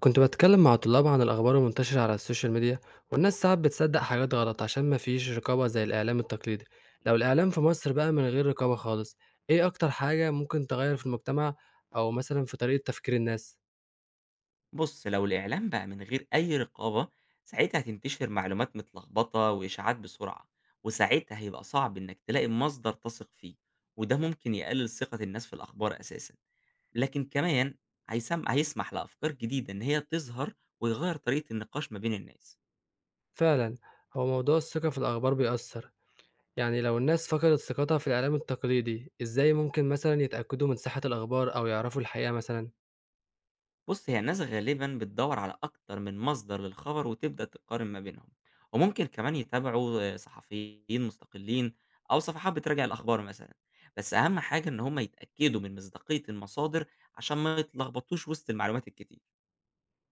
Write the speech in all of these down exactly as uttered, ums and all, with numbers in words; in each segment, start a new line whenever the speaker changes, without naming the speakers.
كنت بتكلم مع طلاب عن الأخبار المنتشرة على السوشيال ميديا. والناس ساعات بتصدق حاجات غلط عشان مفيش رقابة زي الإعلام التقليدي. لو الإعلام في مصر بقى من غير رقابة خالص، إيه أكتر حاجة ممكن تغير في المجتمع أو مثلا في طريقة تفكير الناس؟
بُص، لو الإعلام بقى من غير أي رقابة، ساعتها هتنتشر معلومات متلخبطة وإشاعات بسرعة، وساعتها هيبقى صعب إنك تلاقي مصدر تثق فيه، وده ممكن يقلل ثقة الناس في الأخبار أساسًا. لكن كمان هيسم هيسمح لأفكار جديدة إن هي تظهر ويغيّر طريقة النقاش ما بين الناس.
فعلا، هو موضوع الثقة في الأخبار بيأثر. يعني لو الناس فقدت ثقتها في الإعلام التقليدي، إزاي ممكن مثلا يتأكدوا من صحة الأخبار أو يعرفوا الحقيقة مثلا؟
بُص، هي الناس غالبًا بتدوّر على أكتر من مصدر للخبر وتبدأ تقارن ما بينهم، وممكن كمان يتابعوا آه، صحفيين مستقلين أو صفحات بتراجع الأخبار مثلًا، بس أهم حاجة إن هم يتأكدوا من مصداقية المصادر عشان ما يتلخبطوش وسط المعلومات الكتير.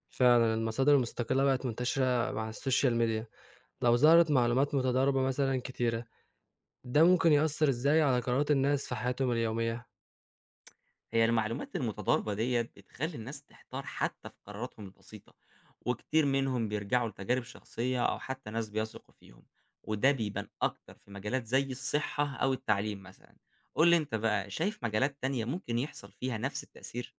فعلا المصادر المستقلة بقت منتشرة مع السوشيال ميديا. لو ظهرت معلومات متضاربة مثلا كتيرة، ده ممكن يأثر إزاي على قرارات الناس في حياتهم اليومية؟
هي المعلومات المتضاربة ديّة بتخلّي الناس تحتار حتى في قراراتهم البسيطة، وكتير منهم بيرجعوا لتجارب شخصية أو حتى ناس بيثقوا فيهم، وده بيبان أكتر في مجالات زي الصحة أو التعليم مثلًا. قُل لي أنت بقى شايف مجالات تانية ممكن يحصل فيها نفس التأثير؟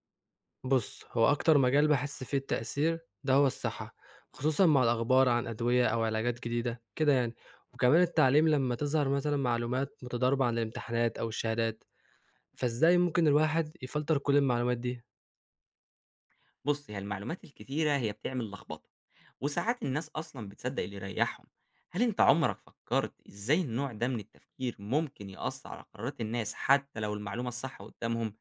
بص، هو أكتر مجال بحس فيه التأثير ده هو الصحة، خصوصا مع الأخبار عن أدوية أو علاجات جديدة كده يعني. وكمان التعليم لما تظهر مثلا معلومات متضاربة عن الامتحانات أو الشهادات. فإزاي ممكن الواحد يفلتر كل المعلومات دي؟
بُص، هي المعلومات الكتيرة هي بتعمل لخبطة، وساعات الناس أصلًا بتصدق اللي يريحهم. هل أنت عمرك فكرت إزاي النوع ده من التفكير ممكن يأثر على قرارات الناس حتى لو المعلومة الصح قدامهم؟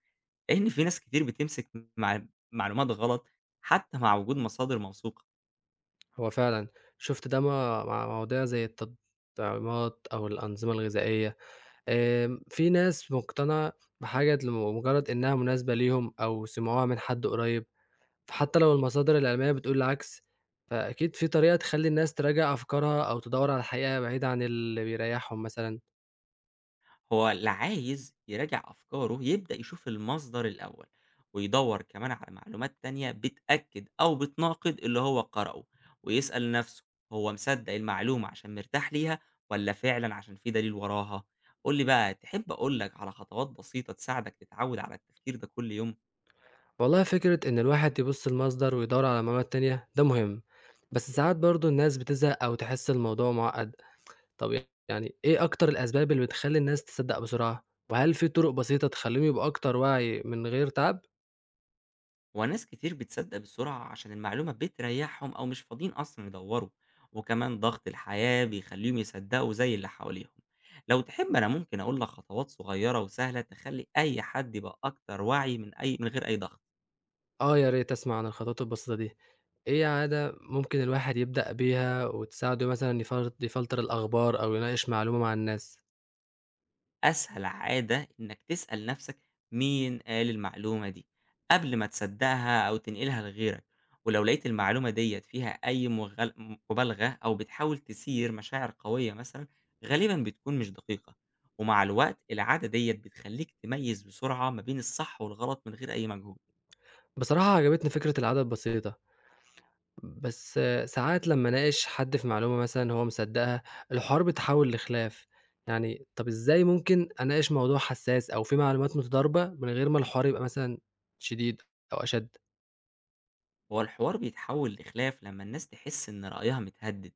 لإن في ناس كتير بتمسك مع معلومات غلط حتى مع وجود مصادر موثوقة.
هو فعلا شفت ده مع مع مواضيع زي التطعيمات أو الأنظمة الغذائية. آم، في ناس مقتنعة بحاجة لمجرد إنها مناسبة ليهم أو سمعوها من حد قريب، فحتى لو المصادر العلمية بتقول العكس، فأكيد في طريقة تخلّي الناس تراجع أفكارها أو تدوّر على الحقيقة بعيد عن اللي بيريحهم مثلًا.
هو اللي عايز يراجع أفكاره يبدأ يشوف المصدر الأول، ويدوّر كمان على معلومات تانية بتأكد أو بتناقض اللي هو قرأه، ويسأل نفسه، هو مصدق المعلومة عشان مرتاح ليها والّا فعلًا عشان في دليل وراها؟ قُل لي بقى، تحب أقول لك على خطوات بسيطة تساعدك تتعود على التفكير ده كل يوم؟
والله فكرة إن الواحد يبُص لمصدر ويدوّر على معلومات تانية ده مهم، بس ساعات برضه الناس بتزهق أو تحس الموضوع مُعقّد. طب يعني إيه أكتر الأسباب اللي بتخلّي الناس تصدّق بسرعة؟ وهل في طرق بسيطة تخلّيهم يبقوا أكتر وعي من غير تعب؟
هو ناس كتير بتصدق بسرعة عشان المعلومة بتريحهم أو مش فاضيين أصلا يدوروا، وكمان ضغط الحياة بيخليهم يصدقوا زي اللي حواليهم. لو تحب أنا ممكن أقول لك خطوات صغيرة وسهلة تخلي أي حد يبقى أكتر وعي من أي من غير أي ضغط.
آه، يا ريت أسمع عن الخطوات البسيطة دي. إيه عادة ممكن الواحد يبدأ بيها وتساعده مثلًا يفل يفلتر الأخبار أو يناقش معلومة مع الناس؟
أسهل عادة إنك تسأل نفسك، مين قال المعلومة دي قبل ما تصدقها أو تنقلها لغيرك، ولو لقيت المعلومة ديت فيها أي مغل- مبالغة أو بتحاول تثير مشاعر قوية مثلا، غالبا بتكون مش دقيقة. ومع الوقت العادة ديت بتخليك تميز بسرعة ما بين الصح والغلط من غير أي مجهود.
بصراحة عجبتني فكرة العادة البسيطة، بس آه، ساعات لمّا أناقش حد في معلومة مثلًا هو مصدقها، الحوار بيتحول لخلاف. يعني طب إزاي ممكن أناقش موضوع حساس أو فيه معلومات متضاربة من غير ما الحوار يبقى مثلًا شديد أو أشد؟
هو الحوار بيتحول لخلاف لما الناس تحس إن رأيها متهدد،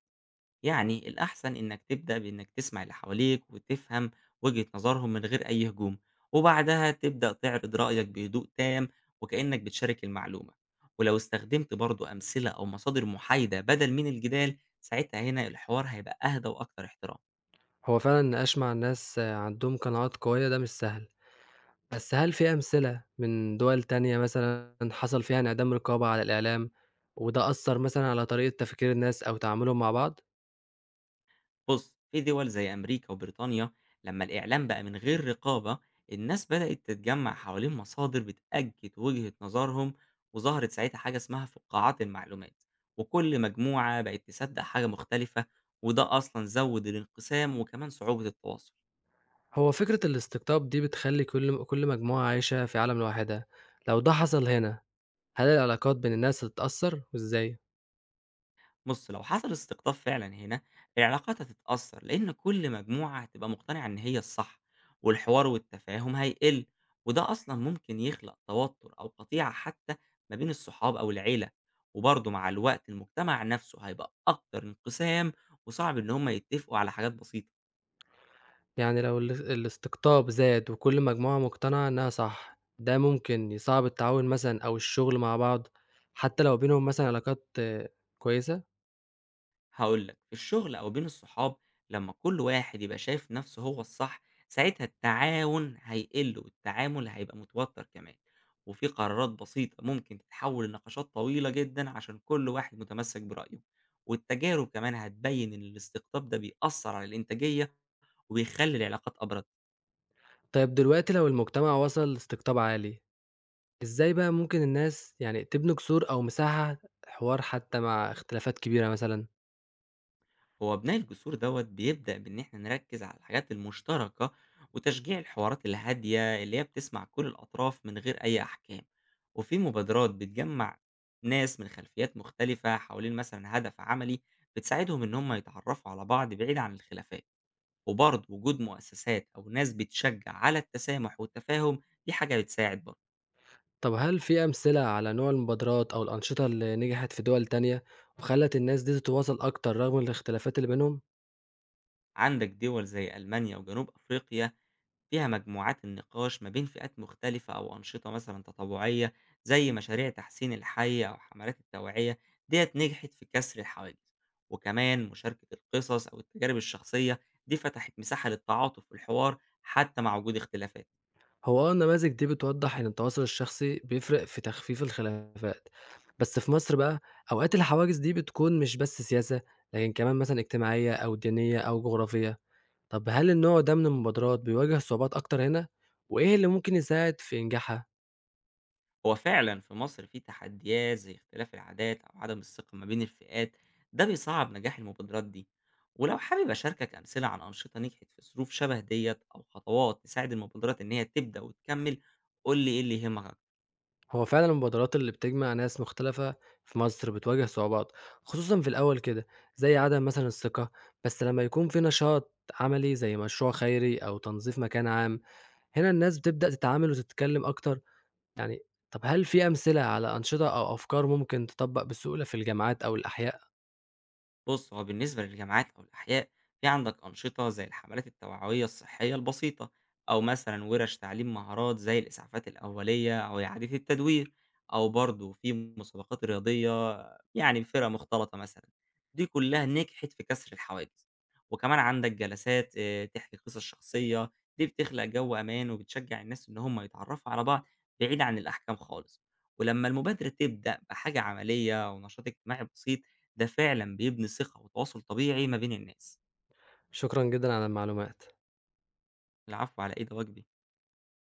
يعني الأحسن إنك تبدأ بإنك تسمع اللي حواليك وتفهم وجهة نظرهم من غير أي هجوم، وبعدها تبدأ تعرض رأيك بهدوء تام، وكأنك بتشارك المعلومة. ولو استخدمت برضو أمثلة أو مصادر محايدة بدل من الجدال، ساعتها هنا الحوار هيبقى أهدى وأكتر احترام.
هو فعلًا النقاش مع الناس آه، عندهم قناعات قوية ده مش سهل. بس هل في أمثلة من دول تانية مثلًا حصل فيها انعدام رقابة على الإعلام، وده أثّر مثلًا على طريقة تفكير الناس أو تعاملهم مع بعض؟
بص، في دول زي أمريكا وبريطانيا، لما الإعلام بقى من غير رقابة، الناس بدأت تتجمع حوالين مصادر بتأكد وجهة نظرهم، وظهرت ساعتها حاجة اسمها فقاعات المعلومات، وكل مجموعة بقت تصدق حاجة مختلفة، وده أصلا زود الانقسام وكمان صعوبة التواصل.
هو فكرة الاستقطاب دي بتخلّي كل كل مجموعة عايشة في عالم لوحدها. لو ده حصل هنا، هل العلاقات بين الناس هتتأثّر وإزاي؟
بُص، لو حصل استقطاب فعلًا هنا، العلاقات هتتأثر، لإن كل مجموعة هتبقى مقتنعة إن هي الصح، والحوار والتفاهم هيقل، وده أصلًا ممكن يخلق توتر أو قطيعة حتى ما بين الصحاب أو العيلة، وبرضه مع الوقت المجتمع نفسه هيبقى أكتر انقسام، وصعب إن هم يتفقوا على حاجات بسيطة.
يعني لو ال الاستقطاب زاد وكل مجموعة مقتنعة إنها صح، ده ممكن يصعّب التعاون مثلًا أو الشغل مع بعض، حتى لو بينهم مثلًا علاقات آه، كويسة؟
هاقول لك، في الشغل أو بين الصحاب لمّا كل واحد يبقى شايف نفسه هو الصح، ساعتها التعاون هيقل والتعامل هيبقى متوتر كمان، وفي قرارات بسيطة ممكن تتحول لنقاشات طويلة جدًا عشان كل واحد متمسك برأيه، والتجارب كمان هتبين إن الاستقطاب ده بيأثر على الإنتاجية وبيخلي العلاقات أبرد.
طيب دلوقتي لو المجتمع وصل لاستقطاب عالي، إزاي بقى ممكن الناس يعني تبني جسور أو مساحة حوار حتى مع اختلافات كبيرة مثلًا؟
هو بناء الجسور دوت بيبدأ بإن إحنا نركز على الحاجات المشتركة وتشجيع الحوارات الهادية اللي هي بتسمع كل الأطراف من غير أي أحكام، وفي مبادرات بتجمع ناس من خلفيات مختلفة حوالين مثلا هدف عملي، بتساعدهم إن هم يتعرفوا على بعض بعيد عن الخلافات، وبرضه وجود مؤسسات أو ناس بتشجع على التسامح والتفاهم دي حاجة بتساعد برضه.
طب هل في أمثلة على نوع المبادرات أو الأنشطة اللي نجحت في دول تانية وخلت الناس دي تتواصل أكتر رغم الاختلافات اللي بينهم؟
عندك دول زي ألمانيا وجنوب أفريقيا فيها مجموعات النقاش ما بين فئات مختلفة أو أنشطة مثلا تطوعية زي مشاريع تحسين الحي أو حملات التوعية، ديت نجحت في كسر الحواجز. وكمان مشاركة القصص أو التجارب الشخصية دي فتحت مساحة للتعاطف والحوار حتى مع وجود اختلافات.
هو آه النماذج دي بتوضح إن التواصل الشخصي بيفرق في تخفيف الخلافات، بس في مصر بقى أوقات الحواجز دي بتكون مش بس سياسة لكن كمان مثلًا اجتماعية أو دينية أو جغرافية. طب هل النوع ده من المبادرات بيواجه صعوبات أكتر هنا؟ وإيه اللي ممكن يساعد في إنجاحها؟
هو فعلًا في مصر في تحديات زي اختلاف العادات أو عدم الثقة ما بين الفئات، ده بيصعّب نجاح المبادرات دي، ولو حابب أشاركك أمثلة عن أنشطة نجحت في ظروف شبه ديّة أو خطوات تساعد المبادرات إن هي تبدأ وتكمّل، قُل لي إيه اللي يهمك أكتر؟
هو فعلا المبادرات اللي بتجمع ناس مختلفة في مصر بتواجه صعوبات، خصوصا في الأول كده، زي عدم مثلا الثقة. بس لما يكون في نشاط عملي زي مشروع خيري أو تنظيف مكان عام، هنا الناس بتبدأ تتعامل وتتكلم أكتر. يعني طب هل في أمثلة على أنشطة أو أفكار ممكن تطبق بسهولة في الجامعات أو الأحياء؟
بص، هو بالنسبة للجامعات أو الأحياء، في عندك أنشطة زي الحملات التوعوية الصحية البسيطة، أو مثلا ورش تعليم مهارات زي الإسعافات الأولية أو إعادة التدوير، أو برضه في مسابقات رياضية، يعني فرق مختلطة مثلا، دي كلها نجحت في كسر الحواجز. وكمان عندك جلسات آه، تحكي قصص شخصية، دي بتخلق جو أمان وبتشجع الناس إن هم يتعرفوا على بعض بعيد عن الأحكام خالص. ولما المبادرة تبدأ بحاجة عملية ونشاط اجتماعي بسيط، ده فعلًا بيبني ثقة وتواصل طبيعي ما بين الناس.
شكرا جدا على المعلومات.
العفو على إيه، ده واجبي.